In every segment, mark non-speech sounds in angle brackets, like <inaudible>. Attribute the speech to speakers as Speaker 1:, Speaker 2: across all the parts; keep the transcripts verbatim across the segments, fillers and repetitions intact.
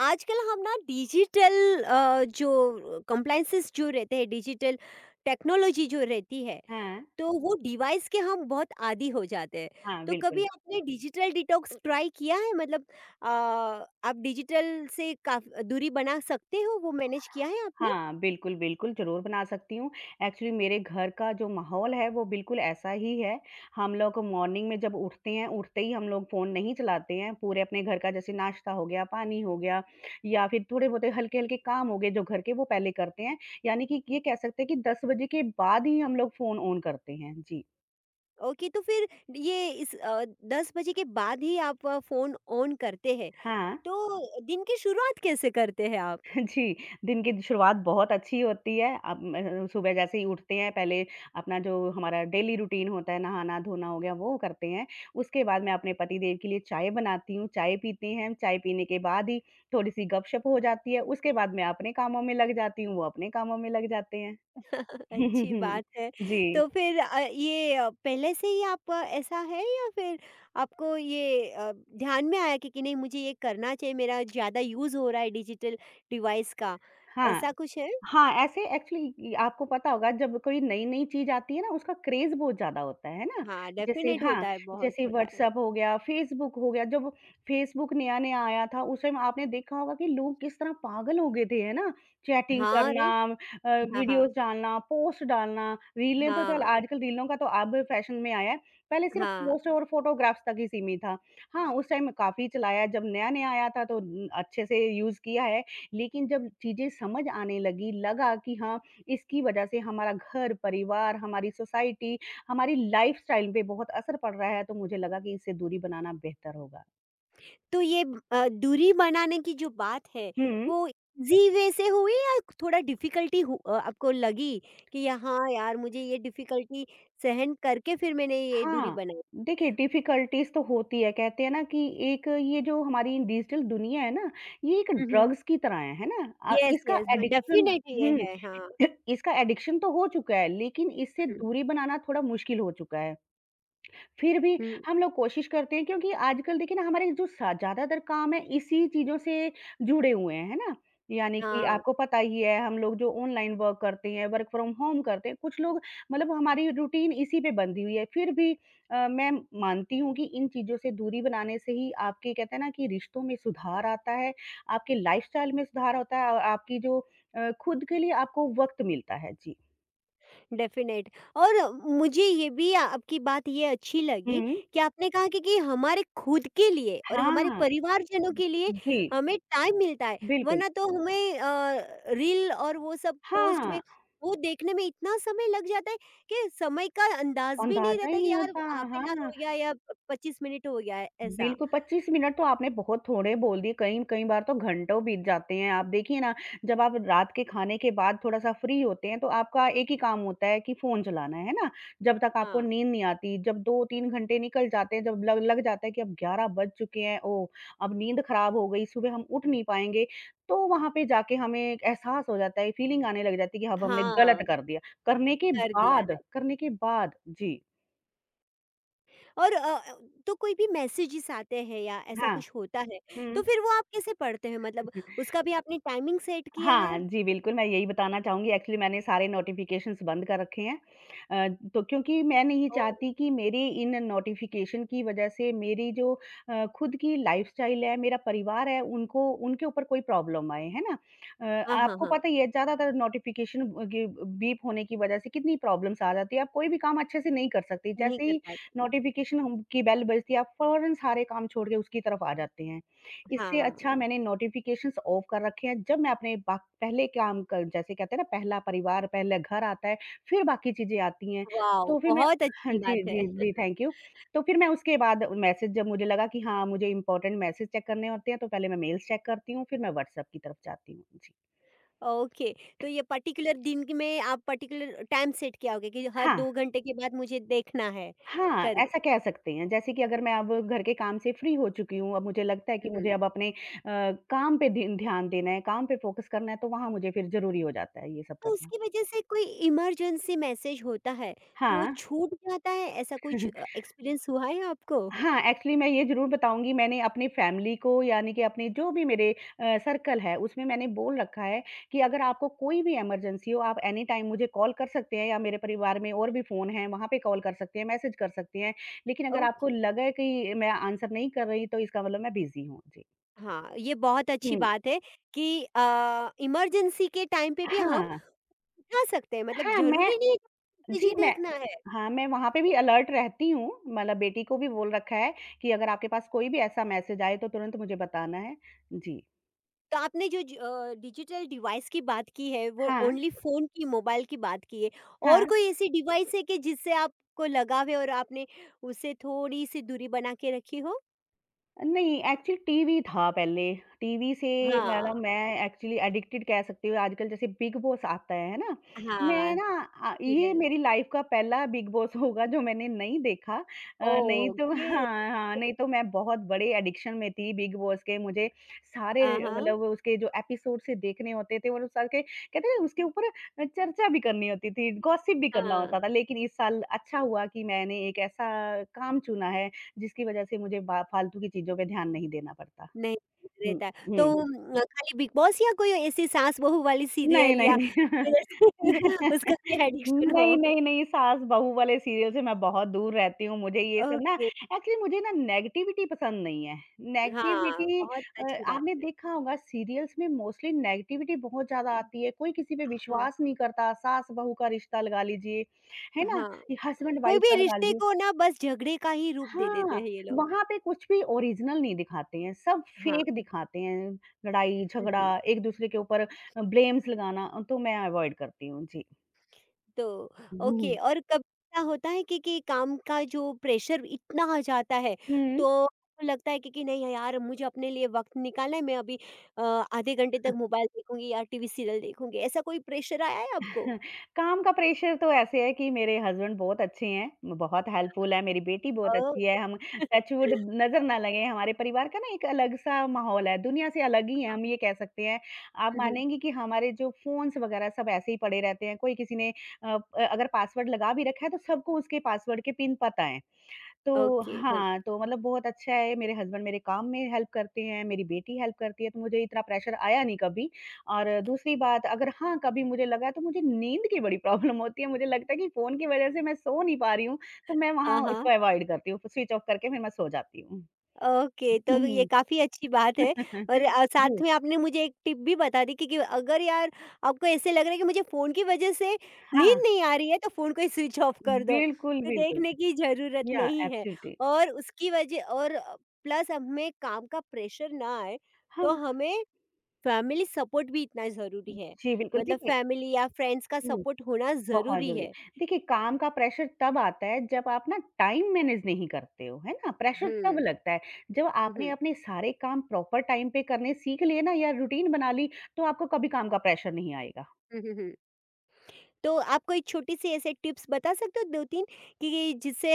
Speaker 1: आजकल हम ना डिजिटल अ, जो कंप्लायंसेस जो रहते हैं, डिजिटल टेक्नोलॉजी जो रहती है,
Speaker 2: हाँ,
Speaker 1: तो वो डिवाइस के हम बहुत आदी हो जाते हैं।
Speaker 2: हाँ,
Speaker 1: तो कभी
Speaker 2: बिल्कुल।
Speaker 1: आपने डिजिटल डिटॉक्स ट्राई किया है? मतलब अ, आप डिजिटल से काफ़ दूरी बना सकते हो, वो मैनेज किया है आपने?
Speaker 2: हाँ, बिल्कुल, बिल्कुल, ज़रूर बना सकती हूँ। एक्चुअली मेरे घर का जो माहौल है, वो बिल्कुल ऐसा ही है। हम लोग मॉर्निंग में जब उठते हैं, उठते ही हम लोग फ़ोन नहीं चलाते हैं। पूरे अपने घर का जैसे नाश्ता हो गया, पानी हो गया या फिर थोड़े-बहुत हल्के-हल्के काम हो गए जो घर के, वो पहले करते हैं। यानी कि ये कह सकते हैं कि दस बजे के बाद ही हम लोग फ़ोन ऑन करते हैं। जी।
Speaker 1: ओके, तो फिर ये इस अ, दस बजे के बाद ही आप फ़ोन ऑन करते हैं,
Speaker 2: हाँ।
Speaker 1: तो दिन की शुरुआत कैसे करते हैं आप?
Speaker 2: जी, दिन की शुरुआत बहुत अच्छी होती है। अब म सुबह जैसे ही उठते हैं पहले अपना जो हमारा डेली रूटीन होता है, नहाना-धोना हो गया वो करते हैं। उसके बाद मैं अपने पतिदेव के लिए चाय बनाती हूँ, चाय पीते हैं। चाय पीने के बाद ही थोड़ी-सी गपशप हो जाती है। उसके बाद मैं अपने कामों में लग जाती हूँ, वो अपने कामों में लग जाते हैं।
Speaker 1: अच्छी
Speaker 2: <laughs>
Speaker 1: बात है।
Speaker 2: जी,
Speaker 1: तो फिर अ, ये अ, पहले से ही आप अ, ऐसा है या फिर आपको ये अ, ध्यान में आया कि कि नहीं मुझे ये करना चाहिए, मेरा ज़्यादा यूज़ हो रहा है डिजिटल डिवाइस का,
Speaker 2: हाँ।
Speaker 1: ऐसा कुछ है?
Speaker 2: हाँ, ऐसे एक्चुअली आपको पता होगा जब कोई नई-नई चीज़ आती है ना उसका क्रेज़ बहुत ज़्यादा होता है, है ना?
Speaker 1: हाँ,
Speaker 2: जैसे
Speaker 1: डेफ़िनेट
Speaker 2: हाँ,
Speaker 1: होता है, बहुत
Speaker 2: जैसे
Speaker 1: होता है।
Speaker 2: व्हाट्सएप हो गया, फेसबुक हो गया, जब फेसबुक नया-नया आया था उस टाइम आपने देखा होगा कि लोग किस तरह पागल हो गए थे, है ना? चैटिंग
Speaker 1: हाँ, अरे!
Speaker 2: करना अ,
Speaker 1: हाँ,
Speaker 2: वीडियोज़
Speaker 1: हाँ।
Speaker 2: डालना, पोस्ट डालना, रीलें तो चल
Speaker 1: हाँ,
Speaker 2: आजकल रीलों का तो अब फैशन में आया है, पहले सिर्फ़
Speaker 1: हाँ।
Speaker 2: पोस्ट और फ़ोटोग्राफ्स तक ही सीमित था। हाँ, उस टाइम काफ़ी चलाया जब नया-नया आया था तो उम, अच्छे से यूज़ किया है। लेकिन जब चीज़ें समझ आने लगी, लगा कि हाँ, इसकी वजह से हमारा घर, परिवार, हमारी सोसाइटी, हमारी लाइफ़स्टाइल पे बहुत असर पड़ रहा है, तो मुझे लगा कि इससे दूरी बनाना बेहतर होगा।
Speaker 1: तो ये अ, दूरी बनाने की जो बात है,
Speaker 2: हुँ।
Speaker 1: वो ईज़ी वे से हुई या थोड़ा डिफ़िकल्टी हु अ, आपको लगी कि, "यहाँ यार, मुझे ये डिफ़िकल्टी सहन करके फिर मैंने ये दूरी
Speaker 2: हाँ,
Speaker 1: बनाई।"
Speaker 2: देखिए डिफ़िकल्टीज़ तो होती है, कहते हैं ना कि एक ये जो हमारी डिजिटल दुनिया है ना, ये एक
Speaker 1: हुँ, हुँ।
Speaker 2: ड्रग्स की तरह है, है ना? अ,
Speaker 1: येस,
Speaker 2: इसका
Speaker 1: येस, हाँ,
Speaker 2: एडिक्शन
Speaker 1: डेफ़िनेट ये
Speaker 2: हुँ,
Speaker 1: है, हाँ।
Speaker 2: <laughs> इसका एडिक्शन तो हो चुका है, लेकिन इससे
Speaker 1: हुँ,
Speaker 2: दूरी बनाना थोड़ा मुश्किल हो चुका है। फिर भी
Speaker 1: हुँ।
Speaker 2: हम लोग कोशिश करते हैं क्योंकि आजकल देखिए ना हमारे जो सा ज़्यादातर काम है इसी चीज़ों से जुड़े हुए हैं, है ना? यानी कि
Speaker 1: हाँ,
Speaker 2: आपको पता ही है हम लोग जो ऑनलाइन वर्क करते हैं, वर्क फ्रॉम होम करते हैं, कुछ लोग मतलब हमारी रूटीन इसी पे बंधी हुई है। फिर भी अ, मैं मानती हूँ कि इन चीज़ों से दूरी बनाने से ही आपके कहते हैं ना कि रिश्तों में सुधार आता है, आपके लाइफ़स्टाइल में सुधार होता है और आपकी जो अ, खुद के लिए आपको वक़्त मिलता है। जी।
Speaker 1: डेफ़िनेट। और मुझे ये भी आ- आपकी बात ये अच्छी लगी
Speaker 2: हुँ।
Speaker 1: कि आपने कहा कि कि हमारे खुद के लिए और हमारे
Speaker 2: हाँ।
Speaker 1: परिवारजनों के लिए
Speaker 2: जी,
Speaker 1: हमें टाइम मिलता है,
Speaker 2: बिल्कुल।
Speaker 1: वरना तो हमें अ, रील और वो सब पोस्ट
Speaker 2: हाँ।
Speaker 1: में वो देखने में इतना समय लग जाता है कि समय का अंदाज़ भी नहीं
Speaker 2: अंदाजा ही
Speaker 1: रहता कि
Speaker 2: नहीं
Speaker 1: यार
Speaker 2: होता,
Speaker 1: हाफ़ एन आवर हो
Speaker 2: हाँ,
Speaker 1: गया या पच्चीस मिनट हो गया है, ऐसा।
Speaker 2: बिल्कुल पच्चीस मिनट तो आपने बहुत थोड़े बोल दिए, कई कई बार तो घंटों बीत जाते हैं। आप देखिए ना, जब आप रात के खाने के बाद थोड़ा-सा फ्री होते हैं, तो आपका एक ही काम होता है कि फ़ोन चलाना, है ना? जब तक आपको
Speaker 1: हाँ,
Speaker 2: नींद नहीं आती, जब दो तीन घंटे निकल जाते हैं, जब लग लग जाता है कि अब ग्यारह बज चुके हैं, ओह! अब नींद खराब हो गई, सुबह हम उठ नहीं पाएँगे, तो वहाँ पे जाके हमें एक एहसास हो जाता है, फीलिंग आने लग जाती है कि अब हमने गलत
Speaker 1: हाँ,
Speaker 2: कर दिया, करने के
Speaker 1: कर दिया।
Speaker 2: बाद करने के बाद। जी,
Speaker 1: और अ, अ, तो कोई भी मैसेजेस आते हैं या ऐसा
Speaker 2: हाँ।
Speaker 1: कुछ होता है
Speaker 2: हुँ।
Speaker 1: तो फिर वो आप कैसे पढ़ते हैं, मतलब उसका भी आपने टाइमिंग सेट किया
Speaker 2: हाँ,
Speaker 1: है?
Speaker 2: जी, बिल्कुल, मैं यही बताना चाहूँगी एक्चुअली मैंने सारे नोटिफ़िकेशंस बंद कर रखे हैं। अ, तो क्योंकि मैं नहीं
Speaker 1: ओह!
Speaker 2: चाहती कि मेरी इन नोटिफ़िकेशन की वज़ह से मेरी जो अ, खुद की लाइफ़स्टाइल है, मेरा परिवार है, उनको उनके ऊपर कोई प्रॉब्लम आए, है ना? अ,
Speaker 1: हाँ, हाँ,
Speaker 2: आपको
Speaker 1: हाँ।
Speaker 2: पता ही है ज़्यादातर नोटिफ़िकेशन ग बीप होने की वज़ह से कितनी प्रॉब्लम्स आ जाती है, आप कोई भी काम अच्छे से नहीं कर सकते।
Speaker 1: नहीं
Speaker 2: जैसे
Speaker 1: कर
Speaker 2: ही
Speaker 1: पाते।
Speaker 2: नोटिफ़िकेशन हम की बेल बजती है, आप फ़ौरन सारे काम छोड़ के उसकी तरफ आ जाते हैं। इससे अच्छा
Speaker 1: हाँ,
Speaker 2: मैंने नोटिफ़िकेशंस ऑफ कर रखे हैं, जब मैं अपने बा पहले काम क जैसे कहते हैं ना पहला परिवार, पहले घर आता है, फिर बाकी चीज़ें आती हैं।
Speaker 1: वाओ!
Speaker 2: तो फिर मैं
Speaker 1: बहुत
Speaker 2: हाँ
Speaker 1: अच्छी
Speaker 2: जी,
Speaker 1: बात है।
Speaker 2: जी, जी, थैंक यू। तो फिर मैं उसके बाद मैसेज जब मुझे लगा कि हाँ, मुझे इम्पोर्टेंट मैसेज चेक करने होते हैं, तो पहले मैं मेल्स चेक करती हूँ, फिर मैं व्हाट्सएप की तरफ जाती हूँ। जी।
Speaker 1: ओके, तो ये पर्टिकुलर दिन की में आप पर्टिकुलर टाइम सेट किया होगा कि हर
Speaker 2: हाँ,
Speaker 1: दो घंटे के बाद मुझे देखना है
Speaker 2: हाँ,
Speaker 1: करके।
Speaker 2: ऐसा कह सकते हैं। जैसे कि अगर मैं अब घर के काम से फ्री हो चुकी हूँ, अब मुझे लगता है कि
Speaker 1: हुँ, हुँ।
Speaker 2: मुझे अब अपने अ, काम पे ध्य ध्यान देना है, काम पे फ़ोकस करना है, तो वहाँ मुझे फिर ज़रूरी हो जाता है ये सब
Speaker 1: तो
Speaker 2: करना।
Speaker 1: उसकी वजह से कोई इमरजेंसी मैसेज होता है, तो वो
Speaker 2: हाँ।
Speaker 1: छूट जाता है? ऐसा कुछ अ,
Speaker 2: <laughs>
Speaker 1: एक्सपीरियंस हुआ है आपको?
Speaker 2: हाँ, एक्चुअली मैं ये ज़रूर बताऊँगी मैंने अपनी फैमिली को यानी कि अपने जो भी मेरे अ, सर्कल है उसमें मैंने बोल रखा है कि अगर आपको कोई भी इमरजेंसी हो आप एनी टाइम मुझे कॉल कर सकते हैं या मेरे परिवार में और भी फ़ोन हैं वहाँ पे कॉल कर सकते हैं, मैसेज कर सकते हैं। लेकिन अगर आपको
Speaker 1: ओके।
Speaker 2: लगे कि मैं आंसर नहीं कर रही तो इसका मतलब मैं बिज़ी हूँ। जी।
Speaker 1: हाँ, ये बहुत अच्छी
Speaker 2: हुँ।
Speaker 1: बात है कि अ, इमरजेंसी के टाइम पे भी हम
Speaker 2: हाँ,
Speaker 1: उठा सकते हैं, मतलब
Speaker 2: हाँ, मैं
Speaker 1: ज़रूरी नहीं है मैसेज
Speaker 2: जी,
Speaker 1: ही
Speaker 2: मैं
Speaker 1: देखना है।
Speaker 2: हाँ, मैं वहाँ पे भी अलर्ट रहती हूँ मतलब बेटी को भी बोल रखा है कि अगर आपके पास कोई भी ऐसा मैसेज आए तो तुरंत मुझे बताना है। जी।
Speaker 1: तो आपने जो ज अ, डिजिटल डिवाइस की बात की है वो
Speaker 2: हाँ,
Speaker 1: ओनली फ़ोन की, मोबाइल की बात की है और
Speaker 2: हाँ।
Speaker 1: कोई ऐसी डिवाइस है कि जिससे आपको लगाव है और आपने उससे थोड़ी-सी दूरी बना के रखी हो?
Speaker 2: नहीं एक्चुअली टीवी था पहले, टीवी से
Speaker 1: हाँ,
Speaker 2: मतलब मैं एक्चुअली एडिक्टेड कह सकती हूँ आजकल जैसे बिग बॉस आता है, है ना? मैं
Speaker 1: हाँ,
Speaker 2: ना अ, ये
Speaker 1: सीरियल।
Speaker 2: मेरी लाइफ़ का पहला बिग बॉस होगा जो मैंने नहीं देखा अ, नहीं तो
Speaker 1: ओके।
Speaker 2: <laughs> हाँ, हाँ, नहीं तो मैं बहुत बड़े एडिक्शन में थी बिग बॉस के मुझे सारे
Speaker 1: हाँ, हाँ,
Speaker 2: मतलब उसके जो एपिसोड्स देखने होते थे और उस साल के कहते हैं उसके ऊपर अ, चर्चा भी करनी होती थी, गॉसिप भी करना
Speaker 1: हाँ।
Speaker 2: होता था। लेकिन इस साल अच्छा हुआ कि मैंने एक ऐसा काम चुना है जिसकी वजह से मुझे बा फालतू की चीज़ों पे ध्यान नहीं देना पड़ता।
Speaker 1: नहीं
Speaker 2: हुँ,
Speaker 1: रहता है। तो
Speaker 2: हुँ।
Speaker 1: उम, खाली बिग बॉस या कोई ऐसी सास बहू वाली
Speaker 2: नहीं,
Speaker 1: सीरियल
Speaker 2: नहीं,
Speaker 1: या
Speaker 2: नहीं।
Speaker 1: फिर <laughs> उसका
Speaker 2: <laughs>
Speaker 1: भी एडिक्शन हो?
Speaker 2: नहीं, नहीं, नहीं, सास-बहू वाले सीरियल से मैं बहुत दूर रहती हूँ। मुझे ये सब ना
Speaker 1: ओके,
Speaker 2: एक्चुअली मुझे ना नेगेटिविटी पसंद नहीं है।
Speaker 1: हाँ,
Speaker 2: नेगेटिविटी
Speaker 1: बहुत
Speaker 2: अ,
Speaker 1: अच्छी बात
Speaker 2: आपने
Speaker 1: है।
Speaker 2: देखा होगा सीरियल्स में मोस्टली नेगेटिविटी बहुत ज़्यादा आती है। कोई किसी पे
Speaker 1: हाँ,
Speaker 2: विश्वास नहीं करता, सास-बहू का रिश्ता लगा लीजिए, है ना?
Speaker 1: हाँ।
Speaker 2: ये
Speaker 1: कोई
Speaker 2: हस्बैंड-वाइफ
Speaker 1: भी
Speaker 2: का लगा
Speaker 1: रिश्ते
Speaker 2: लीजिए।
Speaker 1: को ना बस झगड़े का ही रूप दे देते
Speaker 2: हाँ,
Speaker 1: हैं ये लोग।
Speaker 2: वहाँ पे कुछ भी ओरिजिनल नहीं दिखाते हैं, सब
Speaker 1: हाँ।
Speaker 2: फेक दिखाते हैं, लड़ाई,
Speaker 1: हुँ, हुँ।
Speaker 2: झगड़ा, एक-दूसरे के ऊपर अ, ब्लेम्स लगाना अ, तो मैं अवॉइड करती हूँ। जी।
Speaker 1: तो ओके।
Speaker 2: हुँ।
Speaker 1: और कब ऐसा होता है कि कि काम का जो प्रेशर इतना आ जाता है
Speaker 2: हुँ।
Speaker 1: तो आपको लगता है कि कि नहीं यार, मुझे अपने लिए वक्त निकालना है, मैं अभी अ, आधे घंटे तक मोबाइल देखूंगी या टीवी सीरियल देखूंगी, ऐसा कोई प्रेशर आया है आपको?
Speaker 2: <laughs> काम का प्रेशर तो ऐसे है कि मेरे हस्बैंड बहुत अच्छे हैं, बहुत हेल्पफुल है, मेरी बेटी बहुत
Speaker 1: ओह,
Speaker 2: अच्छी है, हम
Speaker 1: <laughs>
Speaker 2: टचवुड नज़र ना लगे, हमारे परिवार का ना एक अलग-सा माहौल है, दुनिया से अलग ही है, हम ये कह सकते हैं। आप
Speaker 1: हम्म,
Speaker 2: मानेंगी कि हमारे जो फ़ोन्स वगैरह सब ऐसे ही पड़े रहते हैं, कोई किसी ने अ, अगर पासवर्ड लगा भी रखा है, तो सबको उसके पासवर्ड के पिन पता है। तो
Speaker 1: ओके गुड।
Speaker 2: हाँ, तो मतलब बहुत अच्छा है, मेरे हस्बैंड मेरे काम में हेल्प करते हैं, मेरी बेटी हेल्प करती है, तो मुझे इतना प्रेशर आया नहीं कभी। और दूसरी बात अगर हाँ, कभी मुझे लगा तो मुझे नींद की बड़ी प्रॉब्लम होती है, मुझे लगता है कि फ़ोन की वज़ह से मैं सो नहीं पा रही हूँ, तो मैं वहाँ
Speaker 1: हाँ
Speaker 2: हुँ।
Speaker 1: हाँ।
Speaker 2: उसको अवॉइड करती हूँ, स्विच ऑफ करके फिर मैं सो जाती हूँ।
Speaker 1: ओके, तो
Speaker 2: हुँ,
Speaker 1: ये
Speaker 2: हुँ।
Speaker 1: काफ़ी अच्छी बात है
Speaker 2: <laughs>
Speaker 1: और अ, साथ
Speaker 2: जी,
Speaker 1: में आपने मुझे एक टिप भी बता दी कि कि अगर यार आपको ऐसे लग रहा है कि मुझे फ़ोन की वजह से
Speaker 2: हाँ,
Speaker 1: नींद नहीं आ रही है, तो फ़ोन को ही स्विच ऑफ कर दो।
Speaker 2: बिल्कुल,
Speaker 1: तो
Speaker 2: बिल्कुल।
Speaker 1: देखने की ज़रूरत
Speaker 2: या
Speaker 1: नहीं है
Speaker 2: एब्सोल्युटली
Speaker 1: और उसकी वजह और अ, प्लस हमें काम का प्रेशर ना आए,
Speaker 2: हाँ,
Speaker 1: तो हमें फ़ैमिली सपोर्ट भी इतना ज़रूरी है।
Speaker 2: जी बिल्कुल,
Speaker 1: मतलब
Speaker 2: देखिए
Speaker 1: फ़ैमिली या फ्रेंड्स का सपोर्ट होना
Speaker 2: बहुत
Speaker 1: ज़रूरी
Speaker 2: ज़रूरी।
Speaker 1: है।
Speaker 2: देखिए काम का प्रेशर तब आता है जब आप ना टाइम मैनेज नहीं करते हो, है ना? प्रेशर तब
Speaker 1: हुँ,
Speaker 2: लगता है जब
Speaker 1: हुँ,
Speaker 2: आपने
Speaker 1: हुँ,
Speaker 2: अपने सारे काम प्रॉपर टाइम पे करने सीख लिए ना या रूटीन बना ली तो आपको कभी काम का प्रेशर नहीं आएगा।
Speaker 1: हुँ, हुँ। तो आप कोई छोटी-सी ऐसे टिप्स बता सकते हो दो-तीन कि जिससे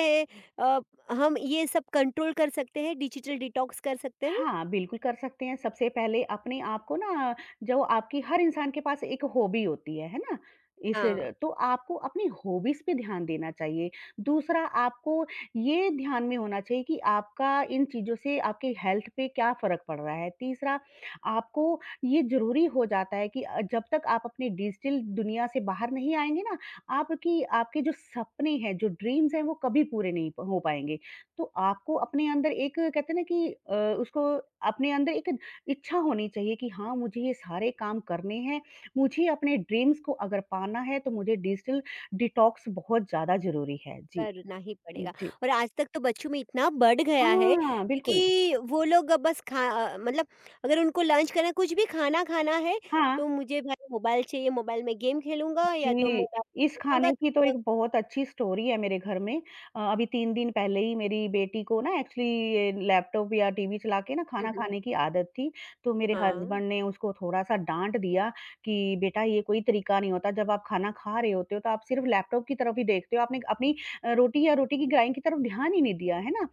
Speaker 1: अ, हम ये सब कंट्रोल कर सकते हैं, डिजिटल डिटॉक्स कर सकते हैं?
Speaker 2: हाँ, बिल्कुल कर सकते हैं। सबसे पहले अपने आप को ना जो आपकी हर इंसान के पास एक हॉबी होती है, है ना? इस
Speaker 1: हाँ।
Speaker 2: तो आपको अपनी हॉबीज़ पे ध्यान देना चाहिए। दूसरा आपको ये ध्यान में होना चाहिए कि आपका इन चीज़ों से आपकी हेल्थ पे क्या फ़र्क पड़ रहा है। तीसरा आपको ये ज़रूरी हो जाता है कि अ, जब तक आप अपनी डिजिटल दुनिया से बाहर नहीं आएँगे ना, आपकी आपके जो सपने हैं, जो ड्रीम्स हैं वो कभी पूरे नहीं प हो पाएँगे। तो आपको अपने अंदर एक कहते हैं ना कि अ, उसको अपने अंदर एक इच्छा होनी चाहिए कि हाँ मुझे ये सारे काम करने हैं। मुझे अपने ड्रीम्स को अगर पाना है तो मुझे डिजिटल डिटॉक्स बहुत ज़्यादा ज़रूरी है। जी,
Speaker 1: करना ही पड़ेगा।
Speaker 2: जी।
Speaker 1: और आज तक तो बच्चों में इतना बढ़ गया है
Speaker 2: हाँ, बिल्कुल।
Speaker 1: क्योंकि वो लोग अब बस खा अ, मतलब अगर उनको लंच करना है, कुछ भी खाना खाना है,
Speaker 2: हाँ।
Speaker 1: तो मुझे भाई मोबाइल चाहिए, मोबाइल में गेम खेलूँगा या तो
Speaker 2: जी,
Speaker 1: मोबाइल
Speaker 2: इस खाने
Speaker 1: देखूँगा।
Speaker 2: की तो
Speaker 1: तो
Speaker 2: एक बहुत अच्छी स्टोरी है मेरे घर में। अ, अभी तीन दिन पहले ही मेरी बेटी को ना एक्चुअली ये लैपटॉप या टीवी चला के ना
Speaker 1: हुँ,
Speaker 2: खाना
Speaker 1: हुँ।
Speaker 2: खाने की आदत थी। तो मेरे
Speaker 1: हाँ,
Speaker 2: हस्बैंड ने उसको थोड़ा-सा डाँट दिया कि, "बेटा ये कोई तरीका नहीं होता, जब आप खाना खा रहे होते हो तो आप सिर्फ़ लैपटॉप की तरफ ही देखते हो, आपने अपनी अ, रोटी या रोटी की ग्राइंड की तरफ ध्यान ही नहीं दिया, है ना?"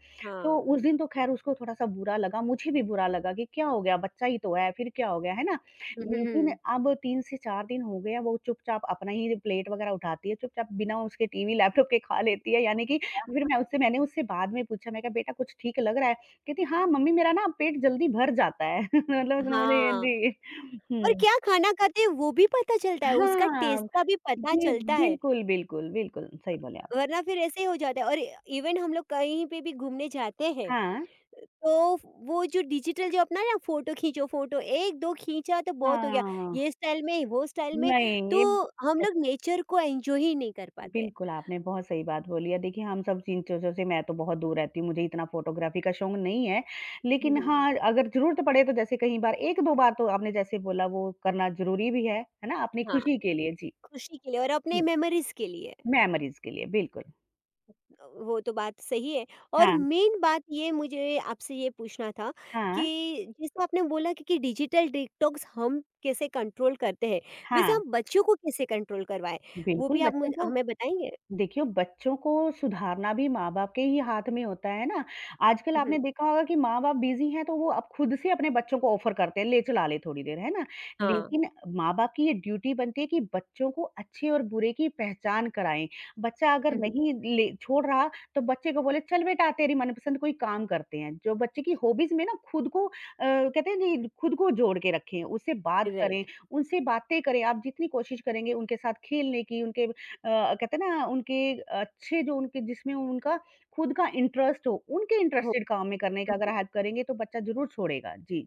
Speaker 2: तो
Speaker 1: हाँ।
Speaker 2: उस दिन तो ख़ैर उसको थोड़ा-सा बुरा लगा, मुझे भी बुरा लगा कि क्या हो गया, बच्चा ही तो है, फिर क्या हो गया, है ना?
Speaker 1: हुँ, हुँ,
Speaker 2: लेकिन
Speaker 1: हुँ।
Speaker 2: अब तीन से चार दिन हो गया, वो चुपचाप अपना ही प्लेट वग़ैरह उठाती है, चुपचाप बिना उसके टीवी, लैपटॉप के खा लेती है, यानी कि फिर मैं उससे मैंने उससे बाद में पूछा, मैं कहा, "बेटा कुछ ठीक लग रहा है?" कहती, "हाँ, मम्मी मेरा ना पेट जल्दी भर जाता है।" <laughs> मतलब उसने मुझे
Speaker 1: हाँ।
Speaker 2: जी,
Speaker 1: और
Speaker 2: हुँ।
Speaker 1: क्या खाना खाते हैं वो भी पता चलता है, उसका टेस्ट
Speaker 2: हाँ,
Speaker 1: का भी पता
Speaker 2: जी,
Speaker 1: चलता है,
Speaker 2: बिल्कुल, बिल्कुल, बिल्कुल, सही बोले आप।
Speaker 1: वरना फिर ऐसे ही हो जाता है। और इवन हम लोग कहीं पे भी घूमने जाते हैं,
Speaker 2: हाँ,
Speaker 1: तो वो जो डिजिटल जो अपना ना फ़ोटो खींचो, फ़ोटो एक-दो खींचा तो बहुत हो गया,
Speaker 2: हाँ,
Speaker 1: ये स्टाइल में, वो स्टाइल में,
Speaker 2: नहीं ये
Speaker 1: तो हम लोग नेचर को एन्जॉय ही नहीं कर पाते।
Speaker 2: बिल्कुल, आपने बहुत सही बात बोली है। देखिए, हम सब इन चीज़ों से मैं तो बहुत दूर रहती हूँ, मुझे इतना फ़ोटोग्राफ़ी का शौक नहीं है।
Speaker 1: हुँ,
Speaker 2: लेकिन
Speaker 1: हुँ।
Speaker 2: हाँ, अगर ज़रूरत पड़े तो जैसे कई बार एक दो बार तो आपने जैसे बोला वो करना ज़रूरी भी है, है ना? अपनी
Speaker 1: हाँ,
Speaker 2: खुशी के लिए जी,
Speaker 1: खुशी के लिए और अपने
Speaker 2: हुँ,
Speaker 1: मेमोरीज़ के लिए।
Speaker 2: मेमोरीज़ के लिए, बिल्कुल।
Speaker 1: वो तो बात सही है और
Speaker 2: हाँ,
Speaker 1: मेन बात ये मुझे आपसे ये पूछना था
Speaker 2: हाँ,
Speaker 1: कि जैसे आपने बोला कि, कि डिजिटल डिटॉक्स हम कैसे कंट्रोल करते हैं, वैसे
Speaker 2: हाँ,
Speaker 1: हम बच्चों को कैसे कंट्रोल करवाएँ? वो
Speaker 2: बिल्कुल
Speaker 1: भी आप मुझ
Speaker 2: बच्चों को
Speaker 1: हमें बताएँगे?
Speaker 2: देखिए, बच्चों को सुधारना भी माँ-बाप के ही हाथ में होता है ना। आजकल
Speaker 1: हुँ,
Speaker 2: आपने
Speaker 1: हुँ।
Speaker 2: देखा होगा कि माँ-बाप बिज़ी हैं तो वो अब खुद से अपने बच्चों को ऑफ़र करते हैं, ले चला ले थोड़ी देर, है ना?
Speaker 1: हाँ।
Speaker 2: लेकिन माँ-बाप की ये ड्यूटी बनती है कि बच्चों को अच्छे और बुरे की पहचान कराएँ। बच्चा अगर
Speaker 1: हुँ, हुँ।
Speaker 2: नहीं ले छोड़ रहा तो बच्चे को बोले, "चल बेटा तेरी मनपसंद कोई काम करते हैं।" जो बच्चे की हॉबीज़ में ना खुद को अ, कहते हैं नहीं खुद को जोड़ के रखें, उससे बात करें,
Speaker 1: राइट।
Speaker 2: उनसे बातें करें। आप जितनी कोशिश करेंगे उनके साथ खेलने की, उनके अ, कहते हैं ना उनके अच्छे जो उनके जिसमें उनका खुद का इंटरेस्ट हो, उनके
Speaker 1: हो
Speaker 2: इंटरेस्टेड
Speaker 1: हुँ,
Speaker 2: काम में करने का
Speaker 1: हुँ।
Speaker 2: अगर हेल्प करेंगे तो बच्चा ज़रूर छोड़ेगा। जी।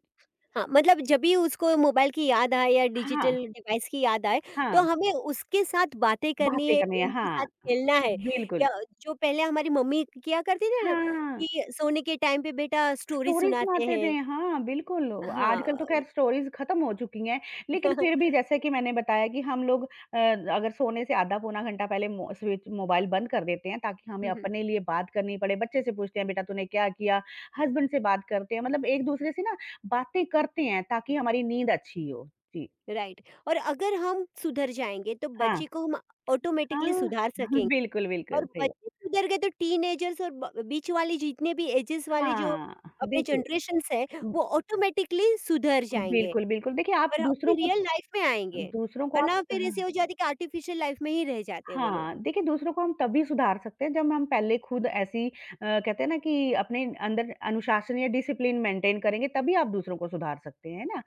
Speaker 1: हाँ, मतलब जब भी उसको मोबाइल की याद आए या
Speaker 2: हाँ,
Speaker 1: डिजिटल डिवाइस की याद आए,
Speaker 2: हाँ,
Speaker 1: तो हमें उसके साथ बातें करनी
Speaker 2: बातें
Speaker 1: है,
Speaker 2: करनी है,
Speaker 1: उनके साथ
Speaker 2: हाँ,
Speaker 1: खेलना है।
Speaker 2: बिल्कुल।
Speaker 1: या जो पहले हमारी मम्मी किया करती थी ना
Speaker 2: हाँ।
Speaker 1: कि सोने के टाइम पे बेटा स्टोरी
Speaker 2: स्टोरीज़
Speaker 1: सुनाते
Speaker 2: सुनाते थे,
Speaker 1: हैं।
Speaker 2: हाँ, बिल्कुल। आजकल
Speaker 1: हाँ,
Speaker 2: तो ख़ैर स्टोरीज़ ख़त्म हो चुकी हैं, लेकिन फिर
Speaker 1: <laughs> इ
Speaker 2: भी जैसे कि मैंने बताया कि हम लोग अ, अगर सोने से आधा पौना घंटा पहले मो स्विच मोबाइल बंद कर देते हैं ताकि हमें
Speaker 1: हुँ, हुँ, <laughs>
Speaker 2: अपने लिए बात करनी पड़े। बच्चे से पूछते हैं, "बेटा तूने क्या किया?" हस्बैंड से बात करते हैं, मतलब एक-दूसरे से ना बातें करते हैं ताकि हमारी नींद अच्छी हो। जी।
Speaker 1: राइट। और अगर हम सुधर जाएँगे, तो
Speaker 2: हाँ,
Speaker 1: बच्चे को हम ऑटोमैटिकली
Speaker 2: हाँ,
Speaker 1: सुधार
Speaker 2: <laughs>
Speaker 1: सकेंगे।
Speaker 2: बिल्कुल, बिल्कुल
Speaker 1: और
Speaker 2: सही।
Speaker 1: बच्चे सुधर गए तो टीनएजर्स और ब बीच वाले जितने भी एजेस वाले जो
Speaker 2: हाँ,
Speaker 1: अपने
Speaker 2: देखिए
Speaker 1: जनरेशंस है,
Speaker 2: उम,
Speaker 1: वो ऑटोमैटिकली सुधर जाएँगे।
Speaker 2: बिल्कुल, बिल्कुल। देखिए आप
Speaker 1: और अपनी
Speaker 2: दूसरों को
Speaker 1: रियल लाइफ में आएँगे,
Speaker 2: दूसरों को आप
Speaker 1: वरना फिर ऐसे हो जाती है कि आर्टिफ़िशियल लाइफ में ही रह जाते हैं वो लोग।
Speaker 2: हाँ, देखिए दूसरों को हम तभी सुधार सकते हैं जब हम पहले खुद ऐसी अ, कहते हैं ना कि अपने अंदर अनुशासन या डिसिप्लिन मेंटेन करेंगे तभी आप दूसरों को सुधार सकते हैं, है ना?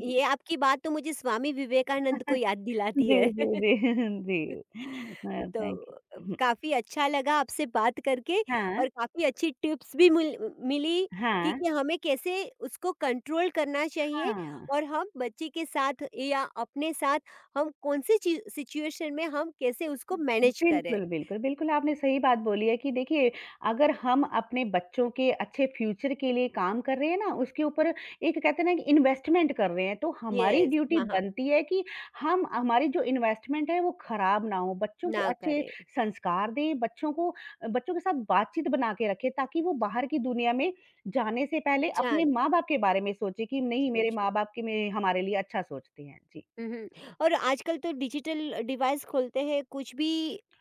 Speaker 2: जी।
Speaker 1: ये आपकी बात तो मुझे स्वामी विवेकानंद को
Speaker 2: <laughs>
Speaker 1: याद दिलाती
Speaker 2: जी,
Speaker 1: है।
Speaker 2: जी,
Speaker 1: <laughs>
Speaker 2: जी, <laughs> जी। अ, थैंक
Speaker 1: तो
Speaker 2: यू।
Speaker 1: काफ़ी अच्छा लगा आपसे बात करके
Speaker 2: हाँ,
Speaker 1: और काफ़ी अच्छी टिप्स भी मिल मिली कि
Speaker 2: हाँ,
Speaker 1: कि हमें कैसे उसको कंट्रोल करना चाहिए
Speaker 2: हाँ।
Speaker 1: और हम बच्चे के साथ या अपने साथ हम कौन-सी चीज़ सिचुएशन में हम कैसे उसको मैनेज करें।
Speaker 2: बिल्कुल, बिल्कुल, बिल्कुल, आपने सही बात बोली है कि देखिए, अगर हम अपने बच्चों के अच्छे फ्यूचर के लिए काम कर रहे हैं ना, उसके ऊपर एक कहते हैं ना कि इन्वेस्टमेंट कर रहे हैं, तो हमारी बिल्कुल।
Speaker 1: येस,
Speaker 2: ड्यूटी
Speaker 1: हाँ, हाँ,
Speaker 2: बनती है कि हम हमारी जो इन्वेस्टमेंट है, वो खराब ना हो। बच्चों को
Speaker 1: ना
Speaker 2: अच्छे
Speaker 1: करें,
Speaker 2: संस्कार दें, बच्चों को अ, बच्चों के साथ बातचीत बना के रखें, ताकि वो बाहर की दुनिया में जाने से पहले अपने
Speaker 1: जान
Speaker 2: माँ-बाप के बारे में सोचें कि नहीं, मेरे
Speaker 1: सोच
Speaker 2: माँ-बाप के में हमारे लिए अच्छा सोचते हैं। जी।
Speaker 1: हुँ, और आजकल तो डिजिटल डिवाइस खोलते हैं, कुछ भी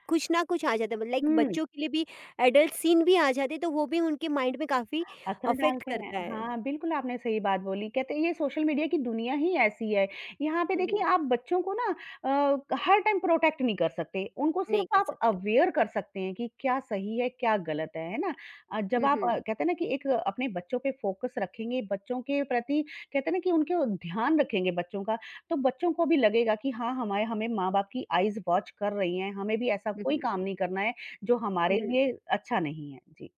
Speaker 1: कुछ ना कुछ आ जाता है, मतलब लाइक
Speaker 2: हुँ।
Speaker 1: बच्चों के लिए भी एडल्ट सीन भी आ जाते हैं, तो वो भी उनके माइंड में काफ़ी
Speaker 2: असर
Speaker 1: अफ़ेक्ट
Speaker 2: डालते हैं।
Speaker 1: करता है।
Speaker 2: हाँ, बिल्कुल आपने सही बात बोली। कहते हैं ये सोशल मीडिया की दुनिया ही ऐसी है। यहाँ पे
Speaker 1: हुँ,
Speaker 2: देखिए
Speaker 1: हुँ,
Speaker 2: आप बच्चों को ना अ, हर टाइम प्रोटेक्ट नहीं कर सकते। उनको
Speaker 1: नहीं
Speaker 2: सिर्फ
Speaker 1: कर
Speaker 2: आप
Speaker 1: सकते।
Speaker 2: अवेयर कर सकते हैं कि क्या सही है, क्या गलत है, है ना? अ, जब
Speaker 1: हुँ,
Speaker 2: आप अ,
Speaker 1: हुँ,
Speaker 2: कहते हैं ना कि एक अ, अपने बच्चों पे फोकस रखेंगे, बच्चों के प्रति कहते हैं ना कि उनके ध्यान रखेंगे बच्चों का, तो बच्चों को भी लगेगा कि हाँ, हमारे हमें माँ-बाप की आइज़ वॉच कर रही हैं, हमें भी ऐसा
Speaker 1: हुँ,
Speaker 2: कोई
Speaker 1: हुँ,
Speaker 2: काम नहीं करना है जो हमारे
Speaker 1: हुँ, हुँ,
Speaker 2: लिए अच्छा नहीं है। जी।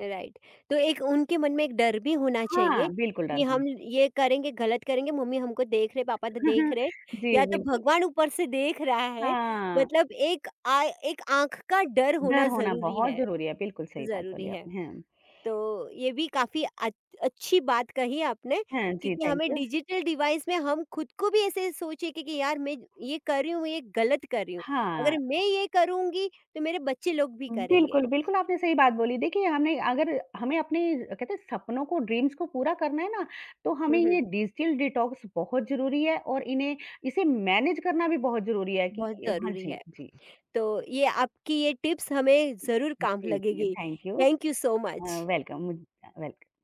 Speaker 1: राइट। तो एक उनके मन में एक डर भी होना चाहिए
Speaker 2: हाँ, बिल्कुल डर
Speaker 1: कि
Speaker 2: होना
Speaker 1: हम ये करेंगे, गलत करेंगे, मम्मी हमको देख रहे, पापा तो देख रहे,
Speaker 2: <laughs> जी,
Speaker 1: या तो
Speaker 2: बिल्कुल।
Speaker 1: भगवान ऊपर से देख रहा है,
Speaker 2: हाँ,
Speaker 1: मतलब एक आ एक आँख का डर
Speaker 2: डर
Speaker 1: होना
Speaker 2: होना
Speaker 1: ज़रूरी
Speaker 2: बहुत
Speaker 1: है,
Speaker 2: ज़रूरी है, बिल्कुल सही बात बोली
Speaker 1: ज़रूरी है।
Speaker 2: आपने। हाँ,
Speaker 1: तो ये भी काफ़ी अच अच्छी बात कही आपने
Speaker 2: हाँ जी,
Speaker 1: क्योंकि
Speaker 2: थैंक
Speaker 1: हमें
Speaker 2: यू।
Speaker 1: डिजिटल डिवाइस में हम खुद को भी ऐसे सोचे कि, कि यार मैं ये कर रही हूँ, ये गलत कर रही हूँ।
Speaker 2: हाँ,
Speaker 1: अगर मैं ये करूँगी तो मेरे बच्चे लोग भी करेंगे।
Speaker 2: बिल्कुल, बिल्कुल आपने सही बात बोली। देखिए, हमने अगर हमें अपने कहते हैं सपनों को, ड्रीम्स को पूरा करना है ना, तो
Speaker 1: हुँ,
Speaker 2: हमें ये
Speaker 1: हुँ।
Speaker 2: डिजिटल डिटॉक्स बहुत ज़रूरी है और इन्हें इसे मैनेज करना भी बहुत ज़रूरी है कि
Speaker 1: बहुत
Speaker 2: हाँ
Speaker 1: ज़रूरी
Speaker 2: जी,
Speaker 1: है।
Speaker 2: जी।
Speaker 1: तो ये आपकी ये टिप्स हमें ज़रूर काम
Speaker 2: जी, जी,
Speaker 1: लगेगी।
Speaker 2: Thank you.
Speaker 1: Thank you so
Speaker 2: uh,
Speaker 1: much.
Speaker 2: Welcome, मुझ अ, वेलकम।